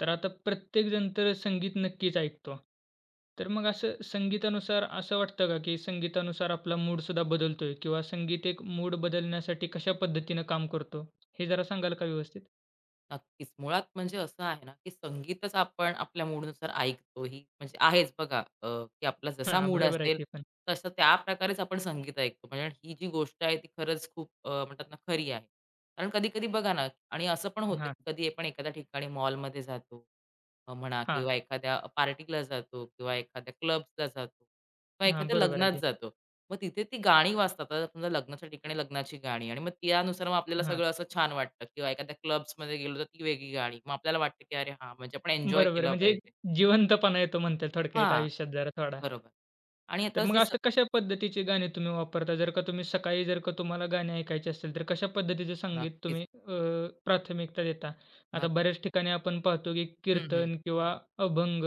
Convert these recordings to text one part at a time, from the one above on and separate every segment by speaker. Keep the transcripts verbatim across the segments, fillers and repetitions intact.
Speaker 1: तर आता प्रत्येकजण तर संगीत नक्कीच ऐकतो. तर मग असं संगीतानुसार असं वाटतं का, की संगीतानुसार आपला मूडसुद्धा बदलतोय किंवा संगीत एक मूड बदलण्यासाठी कशा पद्धतीनं काम करतो? हे जरा सांगाल का व्यवस्थित?
Speaker 2: नक्कीच. मुळात म्हणजे असं आहे ना, की संगीतच आपण आपल्या मूडनुसार ऐकतो. ही म्हणजे आहेच बघा अ, की आपला जसा
Speaker 1: हां,
Speaker 2: मूड
Speaker 1: बरोबर आहे
Speaker 2: असेल,
Speaker 1: ते पण.
Speaker 2: तसं त्याप्रकारेच आपण संगीत ऐकतो. म्हणजे ही जी गोष्ट आहे ती खरंच खूप अ, म्हणतात ना खरी आहे. कारण कधी-कधी बघा ना आणि असं पण होतं,
Speaker 1: हां,
Speaker 2: की कधी आपण एखाद्या ठिकाणी मॉलमध्ये जातो अ, म्हणा
Speaker 1: हां,
Speaker 2: किंवा एखाद्या पार्टीला जातो किंवा एखाद्या क्लब्सला जातो किंवा
Speaker 1: हां,
Speaker 2: एखाद्या
Speaker 1: बरोबर आहे
Speaker 2: लग्नात
Speaker 1: की.
Speaker 2: जातो. मग तिथे ती गाणी वाजतात. आता समजा लग्नाच्या ठिकाणी लग्नाची गाणी आणि मग त्यानुसार मग आपल्याला
Speaker 1: हां,
Speaker 2: सगळं असं छान वाटतं किंवा एखाद्या क्लब्समध्ये गेलो तर ती वेगळी गाणी. मग आपल्याला वाटतं, की अरे हां, म्हणजे आपण एन्जॉय
Speaker 1: बरोबर आहे.
Speaker 2: केलं
Speaker 1: म्हणजे एक
Speaker 2: पाहिजे.
Speaker 1: जिवंतपणा येतो म्हणता येईल थोडक्यात
Speaker 2: हां,
Speaker 1: आयुष्यात जरा थोडा.
Speaker 2: बरोबर. आणि
Speaker 1: तर
Speaker 2: आता
Speaker 1: मग
Speaker 2: जी स
Speaker 1: असं कशा पद्धतीची गाणी तुम्ही वापरता? जर का तुम्ही सकाळी जर का तुम्हाला गाणी ऐकायची असेल, तर कशा पद्धतीचं संगीत
Speaker 2: नक्कीच,
Speaker 1: तुम्ही अ, प्राथमिकता देता? आता
Speaker 2: नक्कीच.
Speaker 1: बऱ्याच ठिकाणी आपण पाहतो, की
Speaker 2: हं, हं.
Speaker 1: कीर्तन किंवा अभंग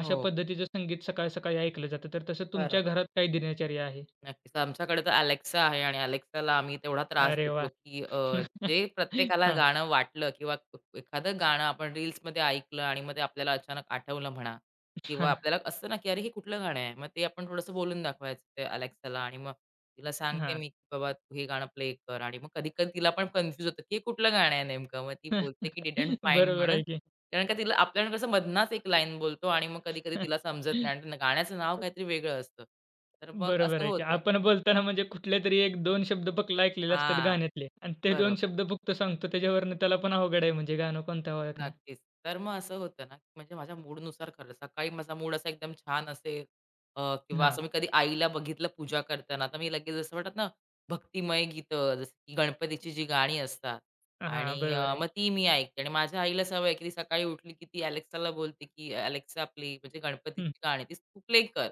Speaker 1: अशा
Speaker 2: हो,
Speaker 1: पद्धतीचं संगीत सकाळ-सकाळी ऐकलं जातं. तर तसं
Speaker 2: खरं.
Speaker 1: तुमच्या घरात काय दिनचर्या आहे?
Speaker 2: नक्कीच. आमच्याकडे तर Alexa आहे आणि Alexaला आम्ही तेवढा त्रास
Speaker 1: अरे
Speaker 2: देतो,
Speaker 1: वाह!
Speaker 2: की अ, जे प्रत्येकाला
Speaker 1: हां,
Speaker 2: गाणं वाटलं किंवा एखादं गाणं आपण रील्समध्ये ऐकलं आणि मग ते आपल्याला अचानक आठवलं म्हणा किंवा
Speaker 1: हां,
Speaker 2: आपल्याला असतं ना, की "अरे, हे कुठलं गाणं आहे?" मग ते आपण थोडंसं बोलून दाखवायचं ते Alexaला आणि मग तिला सांगते
Speaker 1: हां.
Speaker 2: मी, की "बाबा, तू हे गाणं प्ले कर" आणि मग कधी-कधी तिला पण कन्फ्यूज होतं, की हे कुठलं गाणं आहे नेमकं? मग ती बोलते, की "डिडंट फाइंड"
Speaker 1: बरोबर
Speaker 2: म्हणून.
Speaker 1: आहे की.
Speaker 2: कारण का तिला आपल्याला कसं मधनाच एक लाईन बोलतो आणि मग कधी-कधी तिला समजत नाही आणि गाण्याचं नाव काहीतरी वेगळं असतं. तर मग
Speaker 1: बरोबर
Speaker 2: असं
Speaker 1: आहे की.
Speaker 2: होतं.
Speaker 1: आपण बोलताना म्हणजे कुठलेतरी एक-दोन शब्द फक्त ऐकलेले असतात
Speaker 2: हां,
Speaker 1: गाण्यातले आणि ते दोन
Speaker 2: बरोबर.
Speaker 1: शब्द फक्त सांगतो त्याच्यावरनं त्याला पण अवघड आहे म्हणजे गाणं कोणतं ओळखणं.
Speaker 2: नक्कीच. तर मग असं होतं ना, म्हणजे माझ्या मूडनुसार खरं. सकाळी माझा मूड असा एकदम छान असेल अ, किंवा
Speaker 1: हां,
Speaker 2: असं मी कधी आईला बघितलं पूजा करताना, तर मी लगेच असं म्हणतात ना, भक्तिमय गीतं, जसं की गणपतीची जी गाणी असतात
Speaker 1: हां,
Speaker 2: आणि
Speaker 1: बरोबर
Speaker 2: अ,
Speaker 1: आहे.
Speaker 2: मग ती मी ऐकते. आणि माझ्या आईला सवय आहे, की ती सकाळी उठली, की ती Alexaला बोलते, की "Alexa आपली म्हणजे
Speaker 1: हं,
Speaker 2: गणपतीची गाणी ती तू प्ले कर."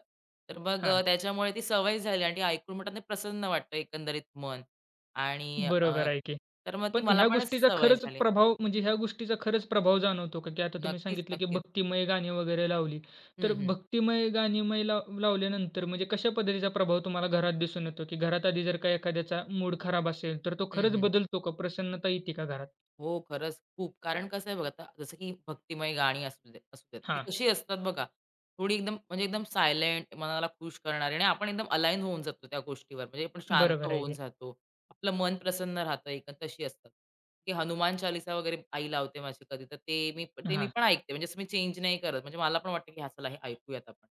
Speaker 2: तर मग अ,
Speaker 1: हां,
Speaker 2: त्याच्यामुळे ती सवय झाली आणि ती ऐकून म्हणतात ना, प्रसन्न वाटतं एकंदरीत मन आणि अ,
Speaker 1: बरोबर आहे की.
Speaker 2: तर मग ती
Speaker 1: पण
Speaker 2: मला
Speaker 1: ह्या
Speaker 2: पण
Speaker 1: गोष्टीचा
Speaker 2: सवय
Speaker 1: खरंच
Speaker 2: झाली.
Speaker 1: प्रभाव म्हणजे ह्या गोष्टीचा खरंच प्रभाव जाणवतो का? की आता तुम्ही
Speaker 2: नक्कीच,
Speaker 1: सांगितलं की
Speaker 2: नक्कीच.
Speaker 1: भक्तिमय गाणी वगैरे लावली. तर
Speaker 2: हं, हं.
Speaker 1: भक्तिमय गाणी लाव लावल्यानंतर म्हणजे कशा पद्धतीचा प्रभाव तुम्हाला घरात दिसून येतो? की घरात आधी जर का एखाद्याचा मूड खराब असेल तर तो
Speaker 2: हं,
Speaker 1: खरंच
Speaker 2: हं.
Speaker 1: बदलतो का? प्रसन्नता येते का घरात?
Speaker 2: हो, खरंच खूप. कारण कसं आहे बघा, आता जसं की भक्तिमय गाणी असू देत असू देत, ती
Speaker 1: हां,
Speaker 2: कशी असतात बघा, थोडी एकदम म्हणजे एकदम सायलेंट, मनाला खुश करणारी आणि आपण एकदम अलाईन होऊन जातो त्या गोष्टीवर. म्हणजे आपण शांत
Speaker 1: बरोबर आहे
Speaker 2: होऊन
Speaker 1: की.
Speaker 2: जातो. आपलं मन प्रसन्न राहतं एक तशी असतात. की हनुमान चालीसा वगैरे आई लावते माझी कधी, तर ते मी ते मी
Speaker 1: हां.
Speaker 2: पण ऐकते. म्हणजे असं मी चेंज नाही करत. म्हणजे मला पण वाटतं, की हां, चला हे ऐकूयात आपण.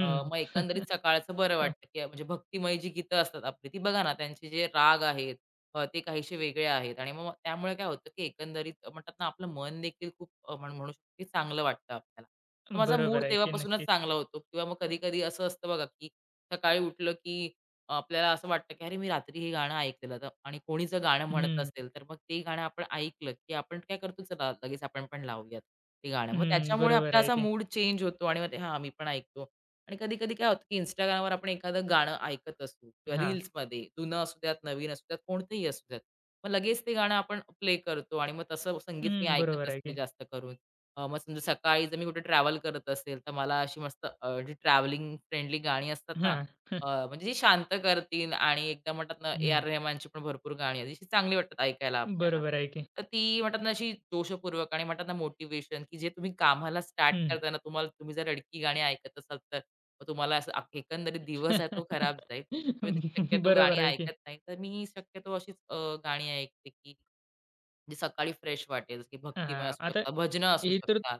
Speaker 2: अ, मग एकंदरीत सकाळचं बरं
Speaker 1: हां,
Speaker 2: वाटतं, की म्हणजे भक्तिमय जी गीतं असतात आपली, ती बघा ना त्यांचे जे राग आहेत अ, ते काहीसे वेगळे आहेत आणि मग त्यामुळे काय होतं, की एकंदरीत म्हणतात ना, आपलं मन देखील खूप अ, आपण म्हणू शकतो, की चांगलं वाटतं आपल्याला. तर माझा मूड
Speaker 1: बरोबर आहे की
Speaker 2: तेव्हापासूनच
Speaker 1: नक्कीच.
Speaker 2: चांगला होतो किंवा मग कधी-कधी असं असतं बघा, की सकाळी उठलं, की आपल्याला असं वाटतं, की "अरे, मी रात्री हे गाणं ऐकलेलं" तर आणि कोणी जर गाणं म्हणत
Speaker 1: हं,
Speaker 2: असेल, तर मग ते गाणं आपण ऐकलं, की आपण काय करतो, "चला, लगेच आपण पण लावूयात ते गाणं." मग
Speaker 1: हं,
Speaker 2: त्याच्यामुळे
Speaker 1: बरोबर
Speaker 2: आपला
Speaker 1: आहे
Speaker 2: असा
Speaker 1: की.
Speaker 2: मूड चेंज होतो आणि मग ते हां, मी पण ऐकतो. आणि कधी-कधी काय होतं, की Instagramवर आपण एखादं गाणं ऐकत असू किंवा
Speaker 1: हां,
Speaker 2: रील्समध्ये जुनं असू द्यात, नवीन असू द्यात, कोणतंही असू द्यात. मग लगेच ते गाणं आपण प्ले करतो आणि मग तसं संगीत मी
Speaker 1: हं,
Speaker 2: ऐकत
Speaker 1: बरोबर आहे
Speaker 2: असते
Speaker 1: की.
Speaker 2: जास्त करून. अ, मग समजा सकाळी जर मी कुठे ट्रॅव्हल करत असेल, तर मला अशी मस्त अ, जी ट्रॅव्हलिंग फ्रेंडली गाणी असतात ना,
Speaker 1: हां,
Speaker 2: अ, म्हणजे ती शांत करतील आणि एकदम म्हणतात ना, ए आर
Speaker 1: हं,
Speaker 2: रेहमानची पण भरपूर गाणी आहेत, अशी चांगली वाटतात ऐकायला आपल्याला.
Speaker 1: बरोबर आहे की.
Speaker 2: तर ती म्हणतात ना, अशी जोशपूर्वक आणि म्हणतात ना, मोटिव्हेशन, की जे तुम्ही कामाला स्टार्ट
Speaker 1: हं.
Speaker 2: करताना तुम्हाला तुम्ही जर रडकी गाणी ऐकत असाल तर मग तुम्हाला असं अ, एकंदरीत दिवस आहे तो खराब जाईल. मी तर शक्यतो
Speaker 1: बरोबर
Speaker 2: गाणी
Speaker 1: आहे की.
Speaker 2: ऐकत नाही. तर मी शक्यतो अशीच अ, गाणी ऐकते, की जी सकाळी फ्रेश वाटेल, जसं की भक्तिमय
Speaker 1: हां,
Speaker 2: असू
Speaker 1: आता
Speaker 2: शकतात, भजनं असू
Speaker 1: हे तर
Speaker 2: शकतात.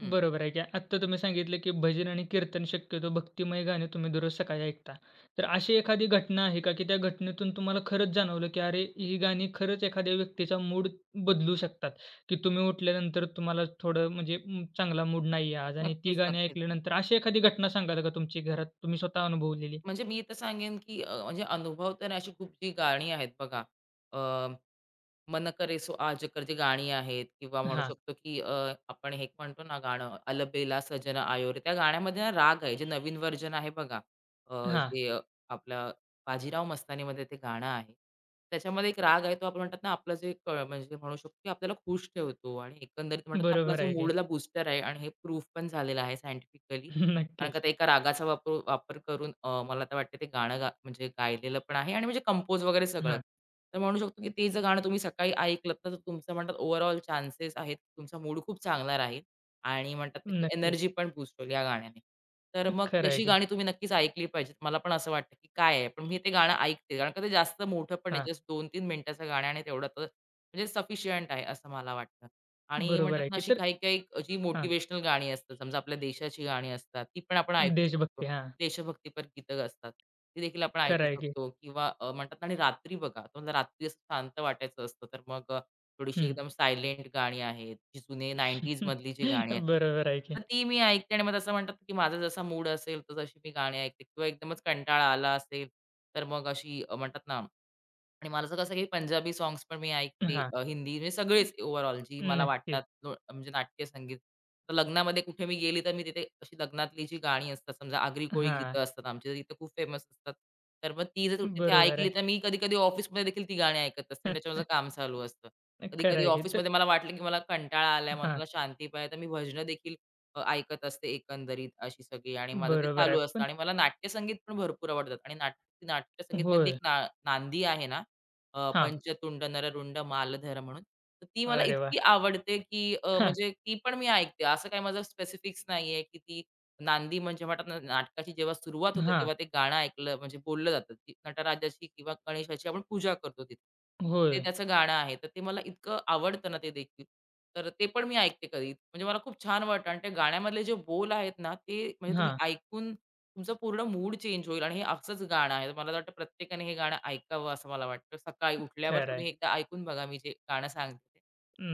Speaker 2: हं.
Speaker 1: बरोबर आहे की. आत्ता तुम्ही सांगितलं, की भजन आणि कीर्तन शक्यतो भक्तिमय गाणे तुम्ही दररोज सकाळी ऐकता. तर अशी एखादी घटना आहे का, की त्या घटनेतून तुम्हाला खरंच जाणवलं, की अरे, ही गाणी खरंच एखाद्या व्यक्तीचा मूड बदलू शकतात, की तुम्ही उठल्यानंतर तुम्हाला थोडं म्हणजे अं, चांगला मूड नाही आहे आज आणि ती
Speaker 2: नक्कीच,
Speaker 1: गाणी
Speaker 2: नक्कीच.
Speaker 1: ऐकल्यानंतर अशी एखादी घटना सांगाल का तुमची घरात तुम्ही स्वतः अनुभवलेली?
Speaker 2: म्हणजे मी तर सांगेन, की अ, म्हणजे अनुभव तर अशी खूप जी गाणी आहेत बघा. अ, मन करे सो आजकर जी गाणी आहेत किंवा म्हणू
Speaker 1: हां,
Speaker 2: शकतो, की अ, आपण हे एक म्हणतो ना गाणं अलबेला सजन आयो रे, त्या गाण्यामध्ये ना राग आहे, जे नवीन व्हर्जन आहे बघा. अ,
Speaker 1: हां.
Speaker 2: जे अ, आपला बाजीराव मस्तानीमध्ये ते गाणं आहे. त्याच्यामध्ये एक राग आहे, तो आपण म्हणतात ना आपलं जे क म्हणजे म्हणू शकतो, की आपल्याला खुश ठेवतो आणि एकंदरीत म्हणतात ना आपला
Speaker 1: बरोबर
Speaker 2: जो
Speaker 1: आहे की.
Speaker 2: मूडला बूस्टर आहे आणि हे प्रूफ पण झालेलं आहे सायंटिफिकली. कारण का
Speaker 1: नक्कीच.
Speaker 2: ते एका रागाचा वापर वापर करून अ, मला तर वाटतं ते गाणं गा म्हणजे गायलेलं पण आहे आणि म्हणजे कंपोज वगैरे सगळं.
Speaker 1: हां,
Speaker 2: तर म्हणू शकतो की ते जर गाणं तुम्ही सकाळी ऐकलत ना, तर तुमचं म्हणतात ओव्हरऑल चान्सेस आहेत, तुमचा मूड खूप चांगला राहील आणि म्हणतात ना, की
Speaker 1: नक्कीच.
Speaker 2: एनर्जी पण बूस्ट होईल या गाण्याने. तर मग
Speaker 1: खरं आहे
Speaker 2: तशी
Speaker 1: की.
Speaker 2: गाणी तुम्ही नक्कीच ऐकली पाहिजेत. मला पण असं वाटतं की काय आहे? पण मी ते गाणं ऐकते. कारण का ते जास्त मोठं पण नाही.
Speaker 1: हां,
Speaker 2: जस्ट दोन तीन मिनिटाचं गाणं आहे आणि तेवढं तर म्हणजे सफिशियंट आहे असं मला वाटतं. आणि
Speaker 1: बरोबर
Speaker 2: म्हणतात
Speaker 1: आहे
Speaker 2: ना,
Speaker 1: की.
Speaker 2: अशी
Speaker 1: तर
Speaker 2: काही-काही जी
Speaker 1: हां,
Speaker 2: मोटिव्हेशनल गाणी असतात, समजा आपल्या देशाची गाणी असतात, ती पण आपण ऐकू शकतो.
Speaker 1: देशभक्ती. हां,
Speaker 2: देशभक्तीपर गीतं असतात, ती देखील आपण
Speaker 1: खरं
Speaker 2: ऐकू
Speaker 1: आहे की.
Speaker 2: शकतो किंवा अ, म्हणतात ना आणि रात्री बघा, तुम्हाला रात्री असं शांत वाटायचं असतं, तर मग अ, थोडीशी
Speaker 1: हं.
Speaker 2: एकदम सायलेंट गाणी आहेत, जी जुने नाईंटीज मधली जी गाणी आहेत,
Speaker 1: बरोबर आहे की.
Speaker 2: तर ती मी ऐकते आणि मग असं म्हणतात, की माझा जसा मूड असेल, तशी मी गाणी ऐकते किंवा एकदमच कंटाळा आला असेल, तर मग अशी अ, म्हणतात ना आणि मला असं कसं की पंजाबी सॉंग्स पण मी ऐकते,
Speaker 1: हां,
Speaker 2: अ, हिंदी म्हणजे सगळेच ओव्हरऑल जी मला
Speaker 1: नक्कीच.
Speaker 2: वाटतात लो म्हणजे नाट्य संगीत. तर लग्नामध्ये कुठे मी गेली तर मी तिथे अशी लग्नातली जी गाणी असतात समजा आगरी कोळी
Speaker 1: हां,
Speaker 2: गीतं असतात आमच्या इथे खूप फेमस असतात. तर मग ती जर तिथे
Speaker 1: बरोबर
Speaker 2: ऐकली
Speaker 1: आहे.
Speaker 2: तर मी कधी-कधी ऑफिसमध्ये देखील ती गाणी ऐकत असते आणि त्याच्यावर माझं काम चालू असतं.
Speaker 1: खरं
Speaker 2: कधी-कधी
Speaker 1: आहे की. तर
Speaker 2: ऑफिसमध्ये मला वाटलं की मला कंटाळा आलाय,
Speaker 1: हां,
Speaker 2: मनाला शांती पाहिजे, तर मी भजनं देखील अ, ऐकत असते एकंदरीत अशी सगळी आणि माझं ते
Speaker 1: बरोबर आहे.
Speaker 2: चालू असतं
Speaker 1: पण
Speaker 2: आणि मला नाट्यसंगीत पण भरपूर आवडतात आणि नाट नाट्यसंगीतमधली एक
Speaker 1: होय.
Speaker 2: ना नांदी आहे ना, अ,
Speaker 1: हां.
Speaker 2: पंचतुंड नररुंड मालधर म्हणून. तर ती मला
Speaker 1: अरे वाह!
Speaker 2: इतकी आवडते, की अ,
Speaker 1: हां,
Speaker 2: म्हणजे ती पण मी ऐकते. असं काही माझं स्पेसिफिक्स नाहीये, की ती नांदी म्हणजे म्हणतात ना, नाटकाची जेव्हा सुरुवात होते,
Speaker 1: हां.
Speaker 2: तेव्हा ते गाणं ऐकलं म्हणजे बोललं जातं, की नटराजाची किंवा गणेशाची आपण पूजा करतो तिथे. ते
Speaker 1: होय.
Speaker 2: त्याचं गाणं आहे. तर ते मला इतकं आवडतं ना ते देखील. तर ते पण मी ऐकते कधी. म्हणजे मला खूप छान वाटतं आणि त्या गाण्यामधले जे बोल आहेत ना, ते म्हणजे तुम्ही
Speaker 1: हां,
Speaker 2: ऐकून तुमचा पूर्ण मूड चेंज होईल आणि हे असंच गाणं आहे. मला वाटतं प्रत्येकाने हे गाणं ऐकावं असं मला वाटतं. सकाळी उठल्यावर
Speaker 1: खरं आहे.
Speaker 2: तुम्ही एकदा ऐकून बघा मी जे गाणं सांगते ते.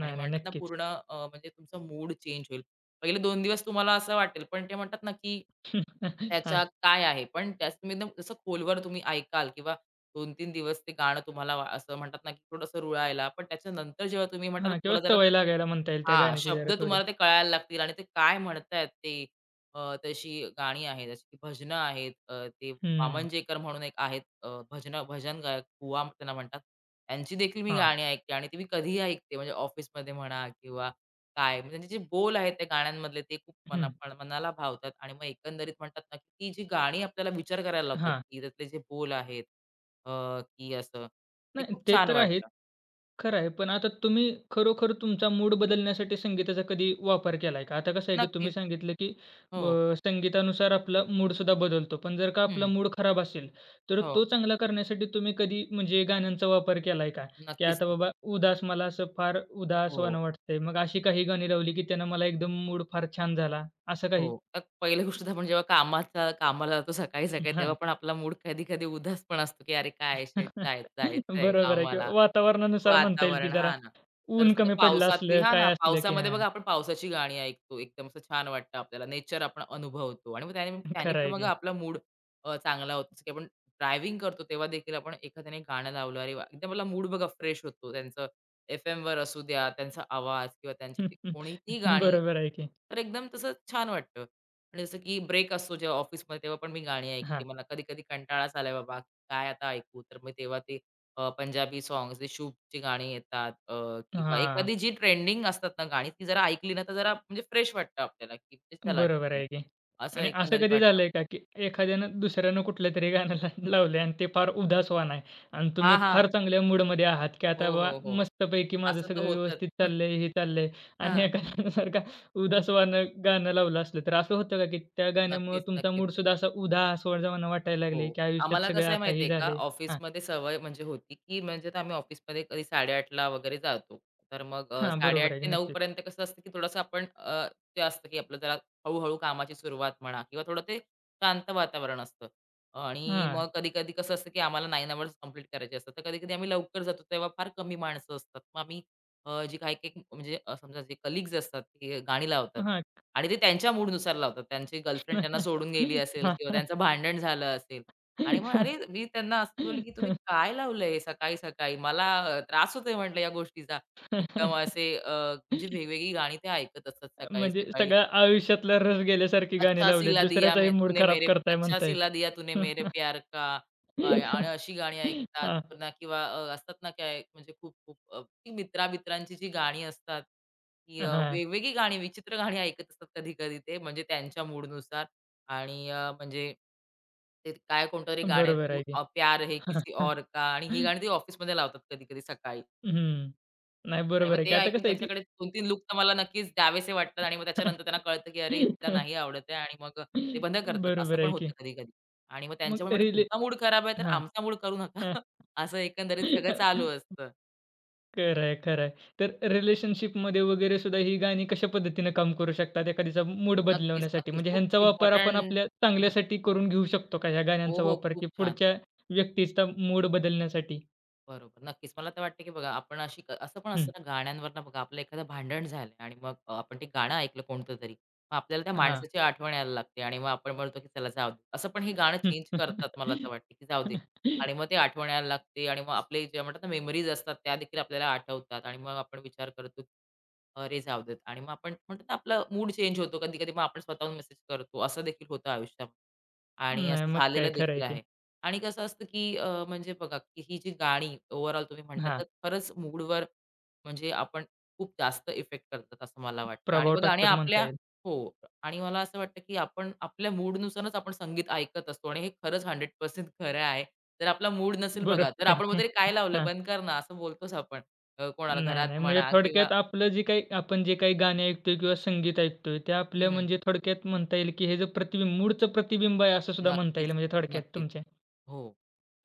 Speaker 2: आणि
Speaker 1: नाही.
Speaker 2: म्हणतात ना
Speaker 1: नक्कीच.
Speaker 2: पूर्ण अ, म्हणजे तुमचा मूड चेंज होईल. पहिले दोन दिवस तुम्हाला असं वाटेल, पण ते म्हणतात ना, की
Speaker 1: हां,
Speaker 2: त्याच्यात काय आहे? पण त्याच तुम्ही एकदम जसं खोलवर तुम्ही ऐकाल किंवा दोन तीन दिवस ते गाणं तुम्हाला वा- असं म्हणतात ना, की थोडंसं रुळायला, पण त्याच्यानंतर जेव्हा तुम्ही म्हणतात ना,
Speaker 1: हां. किंवा
Speaker 2: तुम्हाला जरा
Speaker 1: सवय लागायला म्हणता येईल त्या
Speaker 2: हां,
Speaker 1: गाण्याची जरा
Speaker 2: शब्द
Speaker 1: थोडी.
Speaker 2: तुम्हाला ते कळायला लागतील आणि ते काय म्हणतायत ते अ, तशी गाणी आहेत, जशी की भजनं आहेत. अ, ते
Speaker 1: हं.
Speaker 2: वामनजेकर म्हणून एक आहेत अ, भजन भजन गायक कुवा त्यांना म्हणतात. त्यांची देखील मी
Speaker 1: हां.
Speaker 2: गाणी ऐकते आणि ती मी कधीही ऐकते म्हणजे ऑफिसमध्ये म्हणा किंवा काय म्हणजे त्यांचे जे बोल आहेत त्या गाण्यांमधले ते खूप
Speaker 1: हं.
Speaker 2: मना पण- मनाला भावतात आणि मग एकंदरीत म्हणतात ना, की ती जी गाणी आपल्याला विचार करायला लावतात,
Speaker 1: हां.
Speaker 2: की त्यातले जे बोल आहेत अ, की असं ते
Speaker 1: नाही,
Speaker 2: खूप
Speaker 1: ते
Speaker 2: छान
Speaker 1: तर आहेच.
Speaker 2: वाटतं.
Speaker 1: खरं आहे. पण आता तुम्ही खरोखर तुमचा मूड बदलण्यासाठी संगीताचा कधी वापर केलाय का? आता कसं आहे की तुम्ही
Speaker 2: नक्कीच.
Speaker 1: सांगितलं की
Speaker 2: हो.
Speaker 1: अ, संगीतानुसार आपला मूडसुद्धा बदलतो. पण जर का आपला
Speaker 2: हं.
Speaker 1: मूड खराब असेल, तर
Speaker 2: हो.
Speaker 1: तो चांगला करण्यासाठी तुम्ही कधी म्हणजे गाण्यांचा वापर केलाय का? की
Speaker 2: नक्कीच.
Speaker 1: आता बाबा उदास मला असं फार
Speaker 2: हो,
Speaker 1: उदासवाणं वाटतंय. मग अशी काही गाणी लावली की त्यानं मला एकदम मूड फार छान झाला, असं
Speaker 2: हो.
Speaker 1: काही?
Speaker 2: तर पहिली गोष्ट तर आपण जेव्हा कामाचा कामाला जातो सकाळी-सकाळी तेव्हा
Speaker 1: हां.
Speaker 2: पण आपला मूड कधी-कधी उदास पण असतो, की "अरे काय शिट, जाय जायचंय
Speaker 1: बरोबर आहे किंवा
Speaker 2: कामाला."
Speaker 1: वातावरणानुसार म्हणता येईल की
Speaker 2: वातावरण.
Speaker 1: जरा
Speaker 2: हा ना. तर
Speaker 1: ऊन
Speaker 2: समजा
Speaker 1: कमी पडलं
Speaker 2: पावसातली
Speaker 1: असलं,
Speaker 2: हां ना,
Speaker 1: काय असलं की
Speaker 2: पावसामध्ये
Speaker 1: हां.
Speaker 2: बघा आपण पावसाची गाणी ऐकतो. एकदम असं छान वाटतं आपल्याला. नेचर आपण अनुभवतो आणि मग त्याने त्याने
Speaker 1: खरं
Speaker 2: पण
Speaker 1: आहे
Speaker 2: बघा
Speaker 1: की.
Speaker 2: आपला मूड चांगला होतो. जसं की आपण ड्रायव्हिंग करतो तेव्हा देखील आपण एखाद्याने गाणं लावलं, अरे वाह! एकदम आपला मूड बघा फ्रेश होतो. त्यांचं एफ एम वर असू द्या, त्यांचा आवाज किंवा त्यांची ती गाणी,
Speaker 1: बरोबर आहे की.
Speaker 2: तर एकदम तसं छान वाटतं. आणि जसं की ब्रेक असतो जेव्हा ऑफिसमध्ये तेव्हा पण मी गाणी ऐकते.
Speaker 1: हां,
Speaker 2: मला कधी-कधी कंटाळाच आलाय बाबा, काय आता ऐकू? तर मग तेव्हा ते अ, पंजाबी सॉन्ग्स, ते शुभची गाणी येतात अ, किंवा
Speaker 1: हां.
Speaker 2: एखादी जी ट्रेंडिंग असतात ना गाणी, ती जरा ऐकली ना, तर जरा म्हणजे फ्रेश वाटतं आपल्याला, की ते चला
Speaker 1: बरोबर
Speaker 2: ठीक आहे.
Speaker 1: आहे की.
Speaker 2: असं
Speaker 1: आणि असं
Speaker 2: एकंदरीत
Speaker 1: कधी
Speaker 2: वाटतं.
Speaker 1: झालंय का, की एखाद्यानं दुसऱ्यानं कुठलंतरी गाणं ला लावलंय आणि ते फार उदासवाण आहे आणि तुम्ही
Speaker 2: हां, हां.
Speaker 1: फार चांगल्या मूडमध्ये आहात, की
Speaker 2: हो,
Speaker 1: आता बाबा
Speaker 2: हो, हो.
Speaker 1: मस्तपैकी माझं
Speaker 2: असं तर
Speaker 1: सगळं
Speaker 2: होतंच.
Speaker 1: व्यवस्थित चाललंय, हे चाललंय आणि
Speaker 2: हां.
Speaker 1: एखाद्यानं जर का उदासवाणं गाणं लावलं असलं, तर असं होतं का, की त्या गाण्यामुळं
Speaker 2: नक्कीच,
Speaker 1: तुमचा
Speaker 2: नक्कीच.
Speaker 1: मूडसुद्धा असा उदासवाणा वाटायला लागले,
Speaker 2: हो.
Speaker 1: की आयुष्यात
Speaker 2: आम्हाला
Speaker 1: सगळं
Speaker 2: कसं आहे
Speaker 1: आता
Speaker 2: माहिती
Speaker 1: हे
Speaker 2: आहे का,
Speaker 1: झालंय? हां,
Speaker 2: ऑफिसमध्ये सवय म्हणजे होती, की म्हणजे तर आम्ही ऑफिसमध्ये कधी 8:30ला वगैरे जातो. तर मग अ,
Speaker 1: हां.
Speaker 2: साडे आठ
Speaker 1: बरोबर आहे की.
Speaker 2: ते नऊ
Speaker 1: नक्कीच.
Speaker 2: पर्यंत कसं असतं, की थोडंसं आपण अ, ते असतं, की आपलं जरा हळू कामाची सुरुवात म्हणा किंवा थोडं ते शांत वातावरण असतं. आणि
Speaker 1: हां,
Speaker 2: मग कधी-कधी कसं असतं, की आम्हाला नऊ अवर्स कंप्लीट करायचे असतात. तर कधी-कधी आम्ही लवकर जातो, तेव्हा फार कमी माणसं असतात. मग आम्ही अ, जी काही-काही म्हणजे अ, समजा जे कलीग्स असतात, ते गाणी लावतात
Speaker 1: हां.
Speaker 2: आणि ते त्यांच्या मूडनुसार लावतात. त्यांची गर्लफ्रेंड त्यांना सोडून गेली असेल
Speaker 1: हां.
Speaker 2: किंवा त्यांचं भांडण झालं असेल. आणि मग अरे, मी त्यांना असं बोलले, की "तुम्ही काय लावलंय सकाळी-सकाळी? मला अ, त्रास होतोय" म्हटलं या गोष्टीचा. एकदम असे अ, म्हणजे वेगवेगळी गाणी ते ऐकत असतात
Speaker 1: म्हणजे
Speaker 2: सकाळी-सकाळी.
Speaker 1: सगळ्या आयुष्यातला रस गेल्यासारखी गाणी
Speaker 2: अच्छा
Speaker 1: लावलीत.
Speaker 2: सिला दिया मे
Speaker 1: दुसऱ्याचाही मूड
Speaker 2: तूने
Speaker 1: खराब
Speaker 2: मेरे
Speaker 1: करताय
Speaker 2: अच्छा
Speaker 1: म्हणता
Speaker 2: सिला
Speaker 1: येईल.
Speaker 2: दिया तूने मेरे प्यार का. अ, आणि अशी गाणी ऐकतात
Speaker 1: हां,
Speaker 2: पुन्हा किंवा अ, असतात ना काय म्हणजे खूप खूप अ, ती मित्रामित्रांची जी गाणी असतात ती अ,
Speaker 1: हां.
Speaker 2: वेगवेगळी गाणी, विचित्र गाणी ऐकत असतात कधी कधी ते, म्हणजे त्यांच्या मूडनुसार. आणि अ, म्हणजे ते काय कोणतं तरी गाणं आहे,
Speaker 1: बरोबर
Speaker 2: तू
Speaker 1: आहे की.
Speaker 2: अ, प्यार है किसी और का, आणि ही गाणी ती ऑफिसमध्ये लावतात कधी कधी सकाळी.
Speaker 1: हं. नाही
Speaker 2: आणि मग
Speaker 1: बरोबर आहे की.
Speaker 2: ते
Speaker 1: आता
Speaker 2: ऐकून
Speaker 1: कसं आहे की
Speaker 2: त्यांच्याकडे दोन-तीन लूक तर मला नक्कीच द्यावेसे वाटतात आणि मग त्याच्यानंतर त्यांना कळतं, की अरे हिला नाही आवडत आहे आणि मग अ, ते बंद करतात. असं
Speaker 1: बरोबर
Speaker 2: पण
Speaker 1: आहे
Speaker 2: होतं
Speaker 1: की.
Speaker 2: कधी-कधी. आणि मग
Speaker 1: मग
Speaker 2: त्यांच्यामुळे म्हटलं
Speaker 1: रिले
Speaker 2: तुमचा मूड खराब आहे तर
Speaker 1: हां,
Speaker 2: आमचा मूड करू नका.
Speaker 1: हां.
Speaker 2: असं एकंदरीत सगळं चालू असतं.
Speaker 1: खरं आहे, खरं आहे. तर रिलेशनशिपमध्ये वगैरे सुद्धा ही गाणी कशा पद्धतीनं काम करू शकतात एखादीचा मूड
Speaker 2: नक्कीच,
Speaker 1: बदलवण्यासाठी?
Speaker 2: नक्कीच.
Speaker 1: म्हणजे ह्यांचा
Speaker 2: खूप
Speaker 1: वापर आपण
Speaker 2: इम्पोर्टंट.
Speaker 1: आपल्या चांगल्यासाठी करून घेऊ शकतो का ह्या
Speaker 2: हो,
Speaker 1: गाण्यांचा
Speaker 2: हो.
Speaker 1: वापर, की
Speaker 2: खूप छान.
Speaker 1: पुढच्या व्यक्तीचा मूड बदलण्यासाठी?
Speaker 2: बरोबर. नक्कीच. मला तर वाटतं, की बघा आपण अशी क- असं पण
Speaker 1: हं,
Speaker 2: असतं ना, गाण्यांवरनं बघा आपलं एखादं भांडण झालं आणि मग अ, आपण ते गाणं ऐकलं कोणतं तरी. मग आपल्याला त्या
Speaker 1: हां.
Speaker 2: माणसाची आठवण यायला लागते आणि मग आपण म्हणतो, की चला जाऊ दे. असं पण हे गाणं चेंज करतात, मला तर वाटतं, की जाऊ दे. आणि मग ते आठवण यायला लागते आणि मग आपले जे म्हणतात ना मेमरीज असतात त्या देखील आपल्याला आठवतात आणि मग आपण विचार करतो, की अरे जाऊ देत आणि मग आपण म्हणतो ना आपला मूड चेंज होतो. कधी-कधी मग आपण स्वतःहून मेसेज करतो. असं देखील होतं आयुष्यात. आणि
Speaker 1: नाही
Speaker 2: असं
Speaker 1: मग काय
Speaker 2: झालेलं
Speaker 1: खरं
Speaker 2: देखील
Speaker 1: आहे की.
Speaker 2: आहे. आणि कसं असतं, की अ, म्हणजे बघा, की ही जी गाणी ओव्हरऑल तुम्ही म्हणता,
Speaker 1: हां,
Speaker 2: तर खरंच मूडवर म्हणजे आपण खूप जास्त इफेक्ट करतात असं मला वाटतं. आणि
Speaker 1: प्रभाव
Speaker 2: बघा आणि
Speaker 1: टाकतात म्हणता
Speaker 2: आपल्या.
Speaker 1: येईल.
Speaker 2: हो. आणि मला असं वाटतं, की आपण आपल्या मूडनुसारच आपण संगीत ऐकत असतो आणि हे खरंच शंभर टक्के खरं आहे. जर आपला मूड नसेल
Speaker 1: बरोबर
Speaker 2: बघा, तर आपण
Speaker 1: आहे.
Speaker 2: म्हणतो, काय लावलंय? बंद कर ना." असं बोलतोच आपण अ, कोणाला
Speaker 1: नाही, नाही.
Speaker 2: घरात
Speaker 1: म्हणजे
Speaker 2: म्हणा किंवा.
Speaker 1: थोडक्यात आपलं जे काही आपण जे काही गाणे ऐकतोय किंवा संगीत ऐकतोय, ते
Speaker 2: हं,
Speaker 1: आपल्या
Speaker 2: हं.
Speaker 1: म्हणजे थोडक्यात म्हणता येईल, की हे जे प्रतिबिंब मूडचं प्रतिबिंब आहे असं सुद्धा म्हणता येईल
Speaker 2: नक्कीच,
Speaker 1: म्हणजे थोडक्यात
Speaker 2: नक्कीच.
Speaker 1: तुमच्या.
Speaker 2: हो.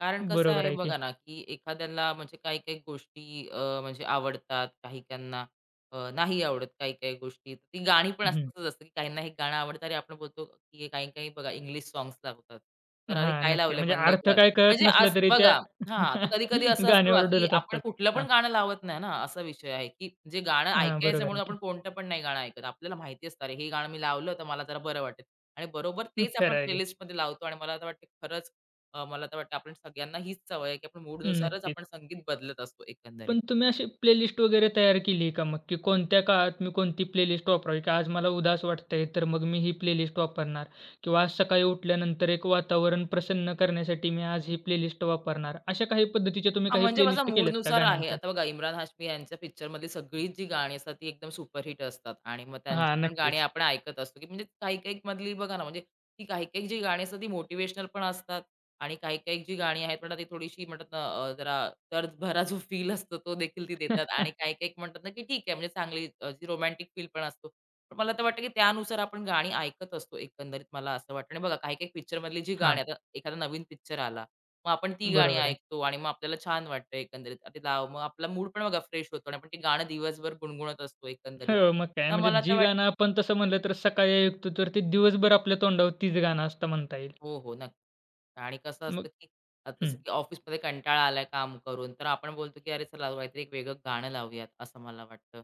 Speaker 2: कारण कसं
Speaker 1: बरोबर
Speaker 2: आहे
Speaker 1: आहे की.
Speaker 2: बघा ना, की एखाद्याला म्हणजे काही-काही गोष्टी अ, म्हणजे आवडतात, काही-काहींना अ, नाही आवडत काही-काही गोष्टी. तर ती गाणी पण
Speaker 1: हं.
Speaker 2: असतातच असतं, की काहींना हे गाणं आवडतं. अरे, आपण बोलतो, की काही-काही बघा इंग्लिश सॉन्ग्स लावतात. तर "अरे,
Speaker 1: हां,
Speaker 2: काय
Speaker 1: नक्की.
Speaker 2: लावलंय?
Speaker 1: म्हणजे
Speaker 2: बंद
Speaker 1: अर्थ
Speaker 2: कर."
Speaker 1: काय कळत
Speaker 2: म्हणजे
Speaker 1: नसला
Speaker 2: असं
Speaker 1: तरी त्या
Speaker 2: बघा. हां, तर कधी-कधी असं असतं बघा,
Speaker 1: गाण्यावर
Speaker 2: की
Speaker 1: डुलत
Speaker 2: आपण
Speaker 1: असतात.
Speaker 2: कुठलं
Speaker 1: हां,
Speaker 2: पण गाणं लावत नाही ना, असा विषय आहे, की जे गाणं
Speaker 1: हां.
Speaker 2: ऐकायचं
Speaker 1: बरोबर आहे
Speaker 2: म्हणून आपण
Speaker 1: की.
Speaker 2: कोणतं पण नाही गाणं ऐकत. आपल्याला माहिती असतं, "अरे, हे गाणं मी लावलं, तर मला जरा बरं वाटेल." आणि बरोबर तेच आपण
Speaker 1: खरं आहे की.
Speaker 2: प्लेलिस्टमध्ये लावतो आणि मला तर वाटतं खरंच, अ, मला तर वाटतं आपण सगळ्यांना हीच सवय आहे, की आपण मूडनुसारच
Speaker 1: नक्कीच.
Speaker 2: आपण संगीत बदलत असतो एकंदरीत.
Speaker 1: पण तुम्ही अशी प्लेलिस्ट वगैरे तयार केली आहे का मग, की कोणत्या काळात मी कोणती प्लेलिस्ट वापरावी? की आज मला उदास वाटतंय, तर मग मी ही प्लेलिस्ट वापरणार किंवा आज सकाळी उठल्यानंतर एक वातावरण प्रसन्न करण्यासाठी मी आज ही प्लेलिस्ट वापरणार. अशा काही पद्धतीच्या तुम्ही
Speaker 2: हां,
Speaker 1: काही
Speaker 2: म्हणजे माझा
Speaker 1: प्लेलिस्ट केल्यात का
Speaker 2: मूडनुसार आहे.
Speaker 1: गाण्यांच्या?
Speaker 2: आता बघा इम्रान हाशमी यांच्या पिक्चरमधली सगळीच जी गाणी असतात ती एकदम सुपरहिट असतात आणि मग त्यांची
Speaker 1: हां,
Speaker 2: पण गाणी
Speaker 1: नक्कीच.
Speaker 2: आपण ऐकत असतो, की म्हणजे काही-काही मधली बघा ना, म्हणजे ती काही-काही जी गाणी असतात ती मोटिव्हेशनल पण असतात. आणि काही-काही जी गाणी आहेत म्हणतात ती थोडीशी म्हणतात ना अ, जरा दर्दभरा जो फील असतो तो देखील ती देतात आणि काही-काही म्हणतात ना, की ठीक आहे म्हणजे चांगली अ, जी रोमॅन्टिक फील पण असतो. पण मला तर वाटतं, की त्यानुसार आपण गाणी ऐकत असतो एकंदरीत, मला असं वाटतं. आणि बघा काही-काही पिक्चरमधली जी
Speaker 1: हां,
Speaker 2: गाणी, आता एखादा नवीन पिक्चर आला, मग आपण ती गाणी
Speaker 1: बरोबर आहे.
Speaker 2: ऐकतो आणि मग आपल्याला छान वाटतं एकंदरीत. अरे लाव, मग आपला मूड पण बघा फ्रेश होतो आणि आपण ते गाणं दिवसभर गुणगुणत असतो एकंदरीत.
Speaker 1: हो, मग काय
Speaker 2: तर
Speaker 1: म्हणजे
Speaker 2: मला तर
Speaker 1: जी
Speaker 2: वाटतं
Speaker 1: गाणं आपण तसं म्हणलं तर सकाळी ऐकतो तर ते दिवसभर आपल्या तोंडावर तीच गाणं असतं म्हणता येईल.
Speaker 2: हो, हो. नक्की. आणि कसं
Speaker 1: मग
Speaker 2: असतं, की अ,
Speaker 1: हं,
Speaker 2: जसं की ऑफिसमध्ये कंटाळा आलाय काम करून, तर आपण बोलतो, की "अरे चला काहीतरी एक वेगळं गाणं लावूयात," असं मला वाटतं.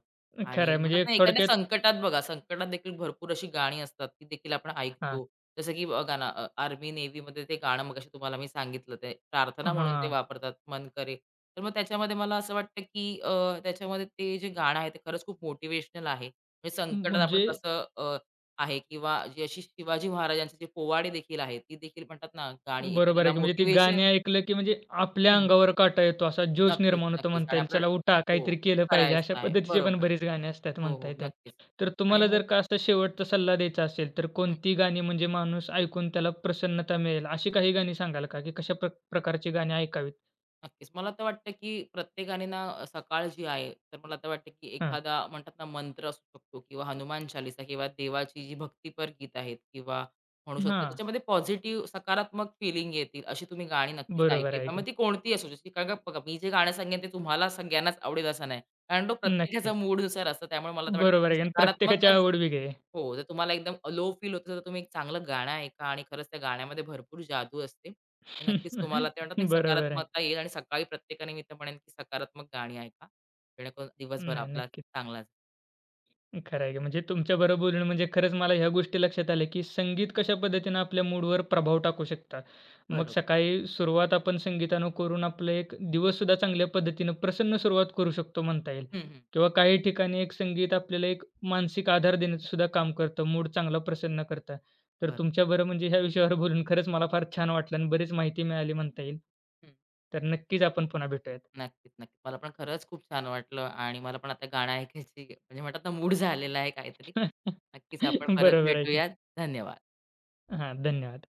Speaker 1: खरं
Speaker 2: आणि
Speaker 1: आहे
Speaker 2: म्हणतात
Speaker 1: म्हणजे एक
Speaker 2: ना, एखाद्या
Speaker 1: थोडक्यात
Speaker 2: संकटात बघा, संकटात देखील भरपूर अशी गाणी असतात, ती देखील आपण
Speaker 1: हां,
Speaker 2: ऐकतो. जसं की बघा ना, अ, आर्मी, नेव्हीमध्ये ते गाणं मगाशी तुम्हाला मी सांगितलं, ते प्रार्थना म्हणून ते
Speaker 1: हां.
Speaker 2: वापरतात, "मन करे." तर मग त्याच्यामध्ये मला असं वाटतं, की अ, त्याच्यामध्ये ते जे गाणं आहे, ते खरंच खूप मोटिव्हेशनल आहे. म्हणजे संकटात आपण
Speaker 1: म्हणजे
Speaker 2: कसं आहे किंवा जी अशी शिवाजी महाराजांचे जे पोवाडे देखील आहेत, ती देखील म्हणतात ना गाणी
Speaker 1: बरोबर
Speaker 2: एखाद्याला
Speaker 1: आहे की म्हणजे ती गाणी
Speaker 2: मोटिवेशन.
Speaker 1: ऐकलं, की म्हणजे आपल्या
Speaker 2: हं,
Speaker 1: अंगावर काटा येतो, असा जोश
Speaker 2: नक्कीच,
Speaker 1: निर्माण होतो
Speaker 2: नक्कीच
Speaker 1: म्हणता
Speaker 2: आणि
Speaker 1: येईल.
Speaker 2: आपल्याला.
Speaker 1: चला उठा,
Speaker 2: हो,
Speaker 1: काहीतरी केलं पाहिजे, अशा
Speaker 2: करायचं आहे.
Speaker 1: पद्धतीचे पण
Speaker 2: बरोबर.
Speaker 1: बरीच गाणी असतात
Speaker 2: हो,
Speaker 1: म्हणता
Speaker 2: हो,
Speaker 1: येतील.
Speaker 2: नक्कीच
Speaker 1: तर
Speaker 2: आणि
Speaker 1: तुम्हाला
Speaker 2: मग
Speaker 1: जर का असा शेवटचा सल्ला द्यायचा असेल, तर कोणती गाणी म्हणजे माणूस ऐकून त्याला प्रसन्नता मिळेल, अशी काही गाणी सांगाल का, की कशा प्र प्रकारची गाणी ऐकावीत?
Speaker 2: नक्कीच. मला तर वाटतं, की प्रत्येकाने ना अ, सकाळ जी आहे, तर मला तर वाटतं, की
Speaker 1: हां.
Speaker 2: एखादा म्हणतात ना मंत्र असू शकतो किंवा हनुमान चालीसा किंवा देवाची जी भक्तीपर गीत आहेत किंवा म्हणू शकता,
Speaker 1: हां.
Speaker 2: त्याच्यामध्ये पॉझिटिव्ह सकारात्मक फीलिंग येतील अशी तुम्ही गाणी नक्कीच
Speaker 1: बरोबर
Speaker 2: ऐकली.
Speaker 1: आहे
Speaker 2: पण
Speaker 1: की.
Speaker 2: मग ती कोणतीही असू शकते. कारण का बघा, मी जे गाणं सांगेन ते तुम्हाला सगळ्यांनाच आवडेल असं नाही. कारण तो प्रत्येकाचा
Speaker 1: नक्कीच.
Speaker 2: मूडनुसार असतो. त्यामुळे मला तर वाटतं,
Speaker 1: बरोबर
Speaker 2: की
Speaker 1: आहे की. आणि प्रत्येकाची
Speaker 2: सकारात्मकच.
Speaker 1: आवड वेगळी आहे.
Speaker 2: हो, जर तुम्हाला एकदम लो फील होतं, तर तुम्ही एक चांगलं गाणं ऐका आणि खरंच त्या गाण्यामध्ये भरपूर जादू असते. तर नक्कीच तुम्हाला ते म्हणतात ना, एक
Speaker 1: बरोबर आहे.
Speaker 2: सकारात्मकता येईल आणि सकाळी प्रत्येकाने मी तर म्हणेन, की सकारात्मक गाणी ऐका. जेणेकरून दिवसभर
Speaker 1: नाही,
Speaker 2: आपला
Speaker 1: नक्कीच.
Speaker 2: चांगला जाईल.
Speaker 1: खरं आहे की. म्हणजे तुमच्याबरोबर बोलून म्हणजे खरंच मला ह्या गोष्टी लक्षात आल्या, की संगीत कशा पद्धतीनं आपल्या मूडवर प्रभाव टाकू शकतात. मग
Speaker 2: बरोबर.
Speaker 1: सकाळी सुरुवात आपण संगीतानं करून आपलं एक दिवस दिवससुद्धा चांगल्या पद्धतीनं प्रसन्न सुरुवात करू शकतो म्हणता येईल
Speaker 2: हं, हं.
Speaker 1: किंवा काही ठिकाणी एक संगीत आपल्याला एक मानसिक आधार देण्याचंसुद्धा काम करतं, मूड चांगला प्रसन्न करतं. तर
Speaker 2: बरं.
Speaker 1: तुमच्याबरोबर म्हणजे ह्या विषयावर बोलून खरंच मला फार छान वाटलं आणि बरीच माहिती मिळाली म्हणता येईल.
Speaker 2: हं.
Speaker 1: तर नक्कीच आपण पुन्हा भेटूयात.
Speaker 2: नक्कीच, नक्कीच. मला पण खरंच खूप छान वाटलं आणि मला पण आता गाणं ऐकायची म्हणजे म्हणतात ना, मूड झालेला आहे काहीतरी. नक्कीच आपण परत
Speaker 1: बरोबर आहे की.
Speaker 2: भेटूयात. धन्यवाद.
Speaker 1: हां, धन्यवाद.